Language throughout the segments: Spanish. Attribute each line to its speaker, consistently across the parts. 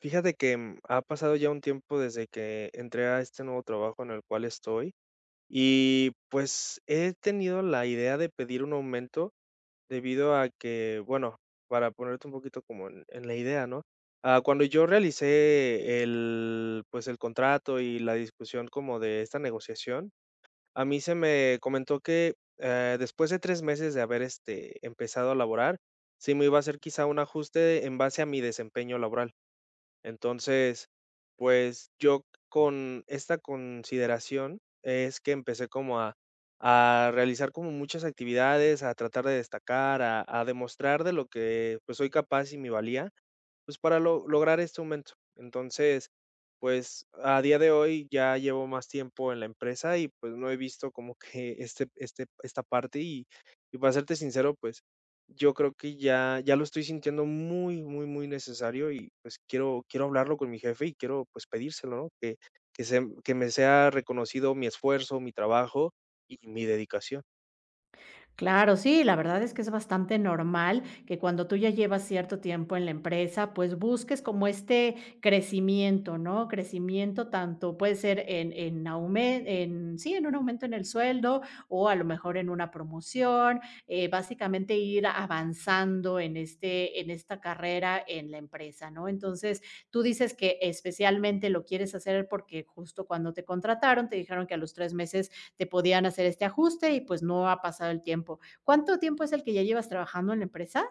Speaker 1: Fíjate que, ha pasado ya un tiempo desde que entré a este nuevo trabajo en el cual estoy, y pues, he tenido la idea de pedir un aumento debido a que, bueno, para ponerte un poquito como en la idea, ¿no? Ah, cuando yo realicé el contrato y la discusión como de esta negociación, a mí se me comentó que, después de 3 meses de haber, este, empezado a laborar, sí me iba a hacer quizá un ajuste en base a mi desempeño laboral. Entonces, pues, yo con esta consideración es que empecé como a realizar como muchas actividades, a tratar de destacar, a demostrar de lo que, pues, soy capaz y mi valía. Pues, para lo lograr este aumento. Entonces, pues, a día de hoy ya llevo más tiempo en la empresa y, pues, no he visto como que esta parte y para serte sincero, pues, yo creo que ya lo estoy sintiendo muy, muy, muy necesario y, pues, quiero hablarlo con mi jefe y quiero, pues, pedírselo, ¿no? Que me sea reconocido mi esfuerzo, mi trabajo y mi dedicación.
Speaker 2: Claro, sí, la verdad es que es bastante normal que cuando tú ya llevas cierto tiempo en la empresa, pues busques como este crecimiento, ¿no? Crecimiento tanto puede ser en sí, en un aumento en el sueldo o a lo mejor en una promoción, básicamente ir avanzando en esta carrera en la empresa, ¿no? Entonces, tú dices que especialmente lo quieres hacer porque justo cuando te contrataron te dijeron que a los 3 meses te podían hacer este ajuste y pues no ha pasado el tiempo. ¿Cuánto tiempo es el que ya llevas trabajando en la empresa?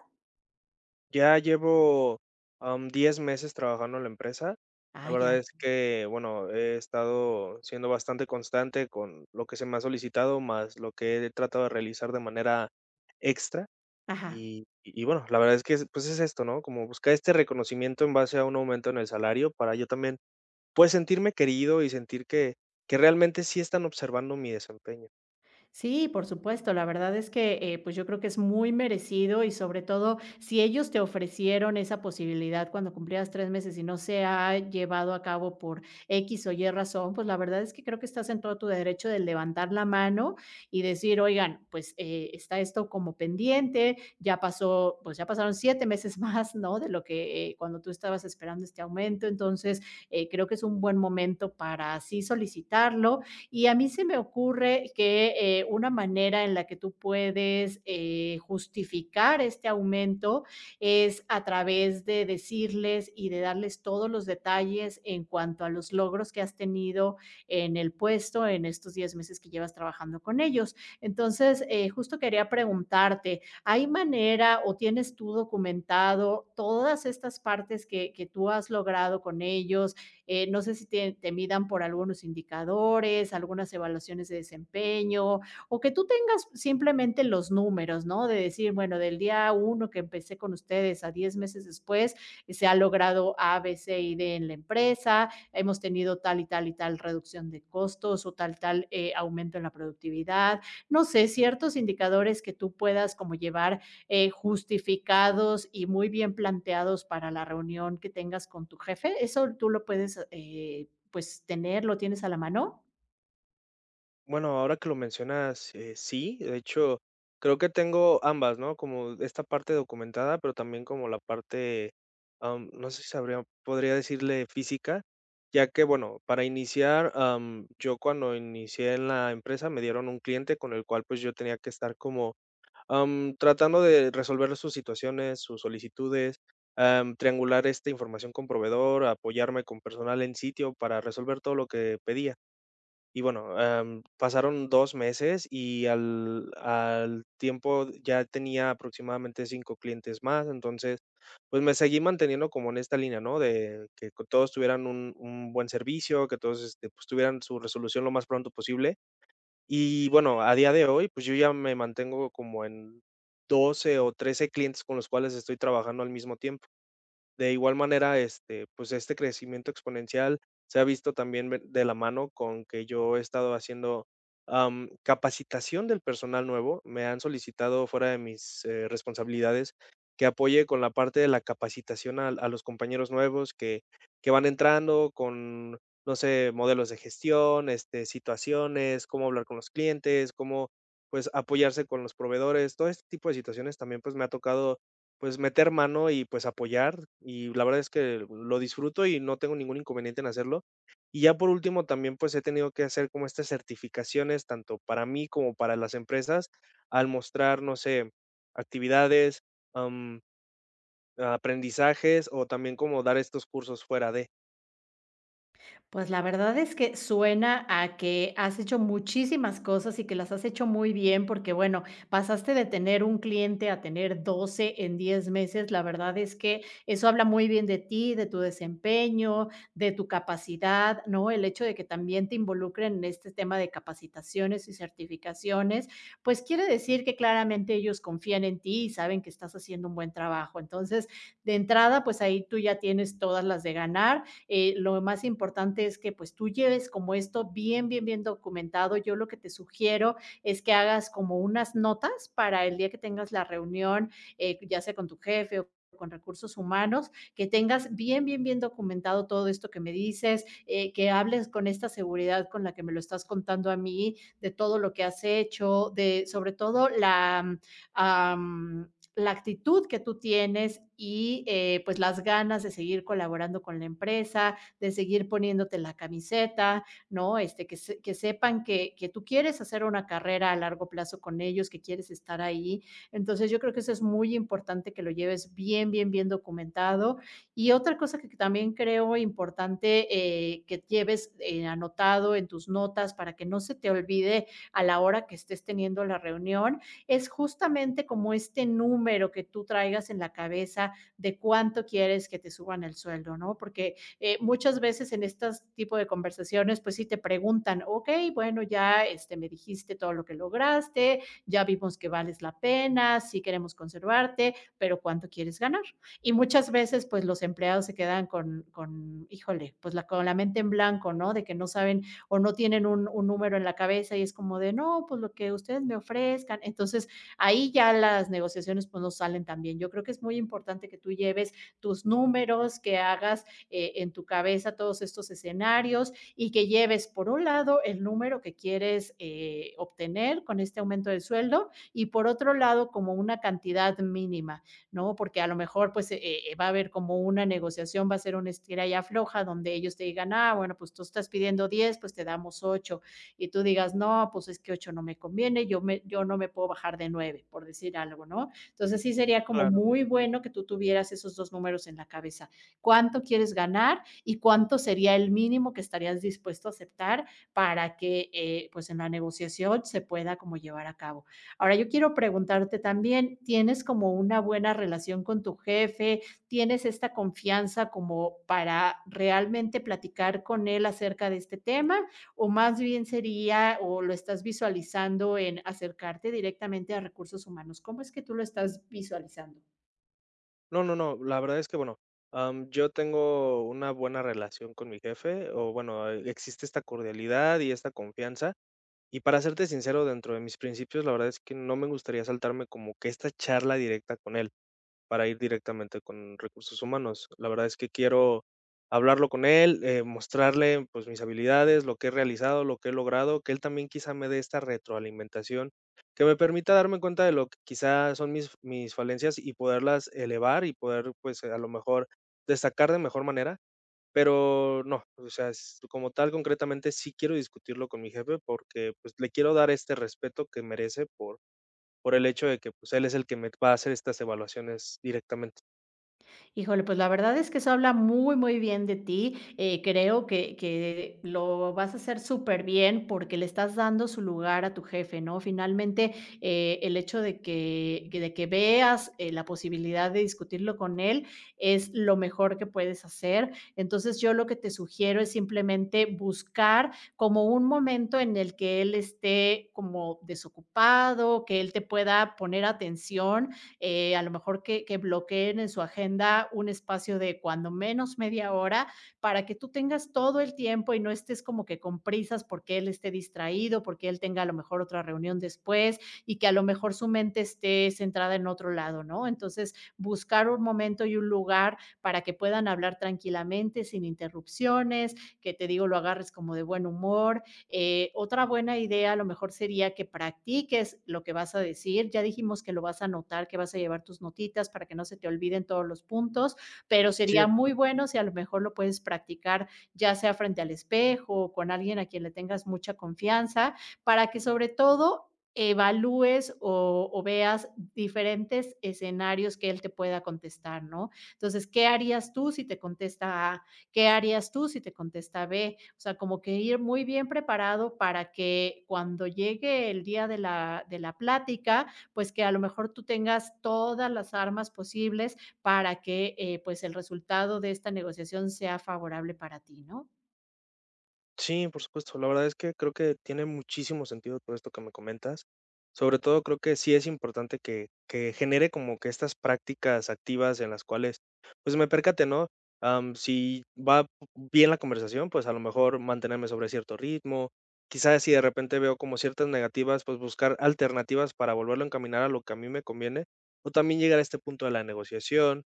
Speaker 1: Ya llevo, 10 meses trabajando en la empresa. La
Speaker 2: Ah, ya.
Speaker 1: verdad es que, bueno, he estado siendo bastante constante con lo que se me ha solicitado, más lo que he tratado de realizar de manera extra.
Speaker 2: Ajá.
Speaker 1: Y bueno, la verdad es que, pues, es esto, ¿no? Como buscar este reconocimiento en base a un aumento en el salario para yo también, pues, sentirme querido y sentir que realmente sí están observando mi desempeño.
Speaker 2: Sí, por supuesto. La verdad es que, pues yo creo que es muy merecido y sobre todo si ellos te ofrecieron esa posibilidad cuando cumplías 3 meses y no se ha llevado a cabo por X o Y razón, pues la verdad es que creo que estás en todo tu derecho de levantar la mano y decir, oigan, pues está esto como pendiente, ya pasó, pues ya pasaron 7 meses más, ¿no? De lo que cuando tú estabas esperando este aumento. Entonces, creo que es un buen momento para así solicitarlo y a mí se me ocurre que una manera en la que tú puedes justificar este aumento es a través de decirles y de darles todos los detalles en cuanto a los logros que has tenido en el puesto en estos 10 meses que llevas trabajando con ellos. Entonces, justo quería preguntarte, ¿hay manera o tienes tú documentado todas estas partes que tú has logrado con ellos? No sé si te midan por algunos indicadores, algunas evaluaciones de desempeño, o que tú tengas simplemente los números, ¿no? De decir, bueno, del día uno que empecé con ustedes a 10 meses después, se ha logrado A, B, C y D en la empresa, hemos tenido tal y tal y tal reducción de costos o tal, tal aumento en la productividad. No sé, ciertos indicadores que tú puedas como llevar justificados y muy bien planteados para la reunión que tengas con tu jefe. Eso tú lo puedes, pues, tener, lo tienes a la mano.
Speaker 1: Bueno, ahora que lo mencionas, sí, de hecho, creo que tengo ambas, ¿no? Como esta parte documentada, pero también como la parte, no sé si sabría, podría decirle física, ya que, bueno, para iniciar, yo cuando inicié en la empresa me dieron un cliente con el cual pues yo tenía que estar como tratando de resolver sus situaciones, sus solicitudes, triangular esta información con proveedor, apoyarme con personal en sitio para resolver todo lo que pedía. Y bueno, pasaron 2 meses y al tiempo ya tenía aproximadamente 5 clientes más. Entonces, pues, me seguí manteniendo como en esta línea, ¿no? De que co todos tuvieran un buen servicio, que todos, este, pues, tuvieran su resolución lo más pronto posible. Y bueno, a día de hoy, pues, yo ya me mantengo como en 12 o 13 clientes con los cuales estoy trabajando al mismo tiempo. De igual manera, este, pues, este crecimiento exponencial se ha visto también ve de la mano con que yo he estado haciendo, capacitación del personal nuevo. Me han solicitado fuera de mis, responsabilidades que apoye con la parte de la capacitación al a los compañeros nuevos que van entrando con, no sé, modelos de gestión, este, situaciones, cómo hablar con los clientes, cómo, pues, apoyarse con los proveedores. Todo este tipo de situaciones también, pues, me ha tocado pues, meter mano y, pues, apoyar, y la verdad es que lo disfruto y no tengo ningún inconveniente en hacerlo. Y ya por último, también, pues, he tenido que hacer como estas certificaciones, tanto para mí como para las empresas, al mostrar, no sé, actividades, am, aprendizajes, o también como dar estos cursos fuera de.
Speaker 2: Pues la verdad es que suena a que has hecho muchísimas cosas y que las has hecho muy bien, porque bueno, pasaste de tener un cliente a tener 12 en 10 meses. La verdad es que eso habla muy bien de ti, de tu desempeño, de tu capacidad, ¿no? El hecho de que también te involucren en este tema de capacitaciones y certificaciones, pues quiere decir que claramente ellos confían en ti y saben que estás haciendo un buen trabajo. Entonces, de entrada, pues ahí tú ya tienes todas las de ganar. Lo más importante es que pues tú lleves como esto bien, bien, bien documentado. Yo lo que te sugiero es que hagas como unas notas para el día que tengas la reunión, ya sea con tu jefe o con recursos humanos, que tengas bien, bien, bien documentado todo esto que me dices, que hables con esta seguridad con la que me lo estás contando a mí, de todo lo que has hecho, de sobre todo am, la actitud que tú tienes y pues las ganas de seguir colaborando con la empresa, de seguir poniéndote la camiseta, ¿no? Este, que sepan que tú quieres hacer una carrera a largo plazo con ellos, que quieres estar ahí. Entonces yo creo que eso es muy importante que lo lleves bien, bien, bien documentado. Y otra cosa que también creo importante, que lleves anotado en tus notas para que no se te olvide a la hora que estés teniendo la reunión es justamente como este número que tú traigas en la cabeza de cuánto quieres que te suban el sueldo, ¿no? Porque muchas veces en este tipo de conversaciones, pues sí te preguntan, ok, bueno, ya este, me dijiste todo lo que lograste, ya vimos que vales la pena, sí queremos conservarte, pero ¿cuánto quieres ganar? Y muchas veces, pues los empleados se quedan con híjole, pues con la mente en blanco, ¿no? De que no saben o no tienen un número en la cabeza y es como de, no, pues lo que ustedes me ofrezcan. Entonces, ahí ya las negociaciones pues no salen tan bien. Yo creo que es muy importante que tú lleves tus números, que hagas en tu cabeza todos estos escenarios y que lleves, por un lado, el número que quieres obtener con este aumento de sueldo y por otro lado, como una cantidad mínima. ¿No? Porque a lo mejor pues va a haber como una negociación, va a ser una estira y afloja donde ellos te digan, ah, bueno, pues tú estás pidiendo 10, pues te damos 8, y tú digas, no, pues es que 8 no me conviene, yo no me puedo bajar de 9, por decir algo, ¿no? Entonces sí sería como
Speaker 1: Claro.
Speaker 2: muy bueno que tú tuvieras esos dos números en la cabeza. ¿Cuánto quieres ganar y cuánto sería el mínimo que estarías dispuesto a aceptar para que pues en la negociación se pueda como llevar a cabo? Ahora yo quiero preguntarte también, ¿tienes como una buena relación con tu jefe? ¿Tienes esta confianza como para realmente platicar con él acerca de este tema? ¿O más bien sería, o lo estás visualizando en acercarte directamente a recursos humanos? ¿Cómo es que tú lo estás visualizando?
Speaker 1: No, no, no, la verdad es que, bueno, yo tengo una buena relación con mi jefe, o bueno, existe esta cordialidad y esta confianza. Y para serte sincero, dentro de mis principios, la verdad es que no me gustaría saltarme como que esta charla directa con él para ir directamente con recursos humanos. La verdad es que quiero hablarlo con él, mostrarle pues mis habilidades, lo que he realizado, lo que he logrado, que él también quizá me dé esta retroalimentación que me permita darme cuenta de lo que quizá son mis falencias y poderlas elevar y poder pues a lo mejor destacar de mejor manera, pero no, o sea, es como tal, concretamente, sí quiero discutirlo con mi jefe porque, pues, le quiero dar este respeto que merece por el hecho de que, pues, él es el que me va a hacer estas evaluaciones directamente.
Speaker 2: Híjole, pues la verdad es que eso habla muy, muy bien de ti. Creo que lo vas a hacer súper bien porque le estás dando su lugar a tu jefe, ¿no? Finalmente, el hecho de de que veas la posibilidad de discutirlo con él es lo mejor que puedes hacer. Entonces, yo lo que te sugiero es simplemente buscar como un momento en el que él esté como desocupado, que él te pueda poner atención, a lo mejor que bloqueen en su agenda un espacio de cuando menos media hora para que tú tengas todo el tiempo y no estés como que con prisas porque él esté distraído, porque él tenga a lo mejor otra reunión después y que a lo mejor su mente esté centrada en otro lado, ¿no? Entonces, buscar un momento y un lugar para que puedan hablar tranquilamente, sin interrupciones, que te digo, lo agarres como de buen humor. Otra buena idea a lo mejor sería que practiques lo que vas a decir. Ya dijimos que lo vas a anotar, que vas a llevar tus notitas para que no se te olviden todos los puntos, pero sería muy bueno si a lo mejor lo puedes practicar, ya sea frente al espejo o con alguien a quien le tengas mucha confianza, para que sobre todo evalúes o veas diferentes escenarios que él te pueda contestar, ¿no? Entonces, ¿qué harías tú si te contesta A? ¿Qué harías tú si te contesta B? O sea, como que ir muy bien preparado para que cuando llegue el día de la plática, pues, que a lo mejor tú tengas todas las armas posibles para que, pues, el resultado de esta negociación sea favorable para ti, ¿no?
Speaker 1: Sí, por supuesto. La verdad es que creo que tiene muchísimo sentido todo esto que me comentas. Sobre todo creo que sí es importante que genere como que estas prácticas activas en las cuales pues me percate, ¿no? Si va bien la conversación, pues a lo mejor mantenerme sobre cierto ritmo. Quizás si de repente veo como ciertas negativas, pues buscar alternativas para volverlo a encaminar a lo que a mí me conviene. O también llegar a este punto de la negociación.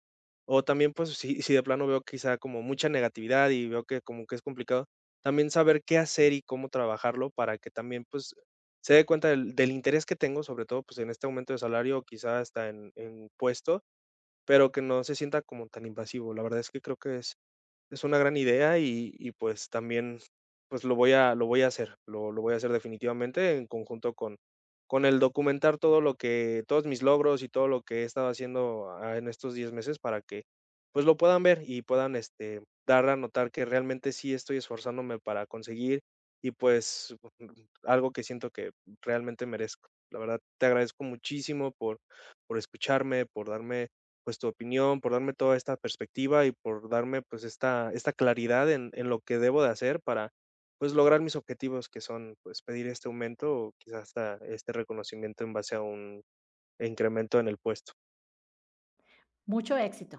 Speaker 1: O también pues si de plano veo quizá como mucha negatividad y veo que como que es complicado también saber qué hacer y cómo trabajarlo para que también, pues, se dé cuenta del interés que tengo, sobre todo, pues, en este aumento de salario, o quizá hasta en puesto, pero que no se sienta como tan invasivo. La verdad es que creo que es una gran idea y, pues, también, pues, lo voy a hacer, lo voy a hacer definitivamente en conjunto con el documentar todo lo que todos mis logros y todo lo que he estado haciendo, en estos 10 meses para que, pues, lo puedan ver y puedan, este, dar a notar que realmente sí estoy esforzándome para conseguir y, pues, algo que siento que realmente merezco. La verdad, te agradezco muchísimo por escucharme, por darme pues, tu opinión, por darme toda esta perspectiva y por darme, pues, esta claridad en lo que debo de hacer para, pues, lograr mis objetivos, que son, pues, pedir este aumento o quizás hasta este reconocimiento en base a un incremento en el puesto.
Speaker 2: Mucho éxito.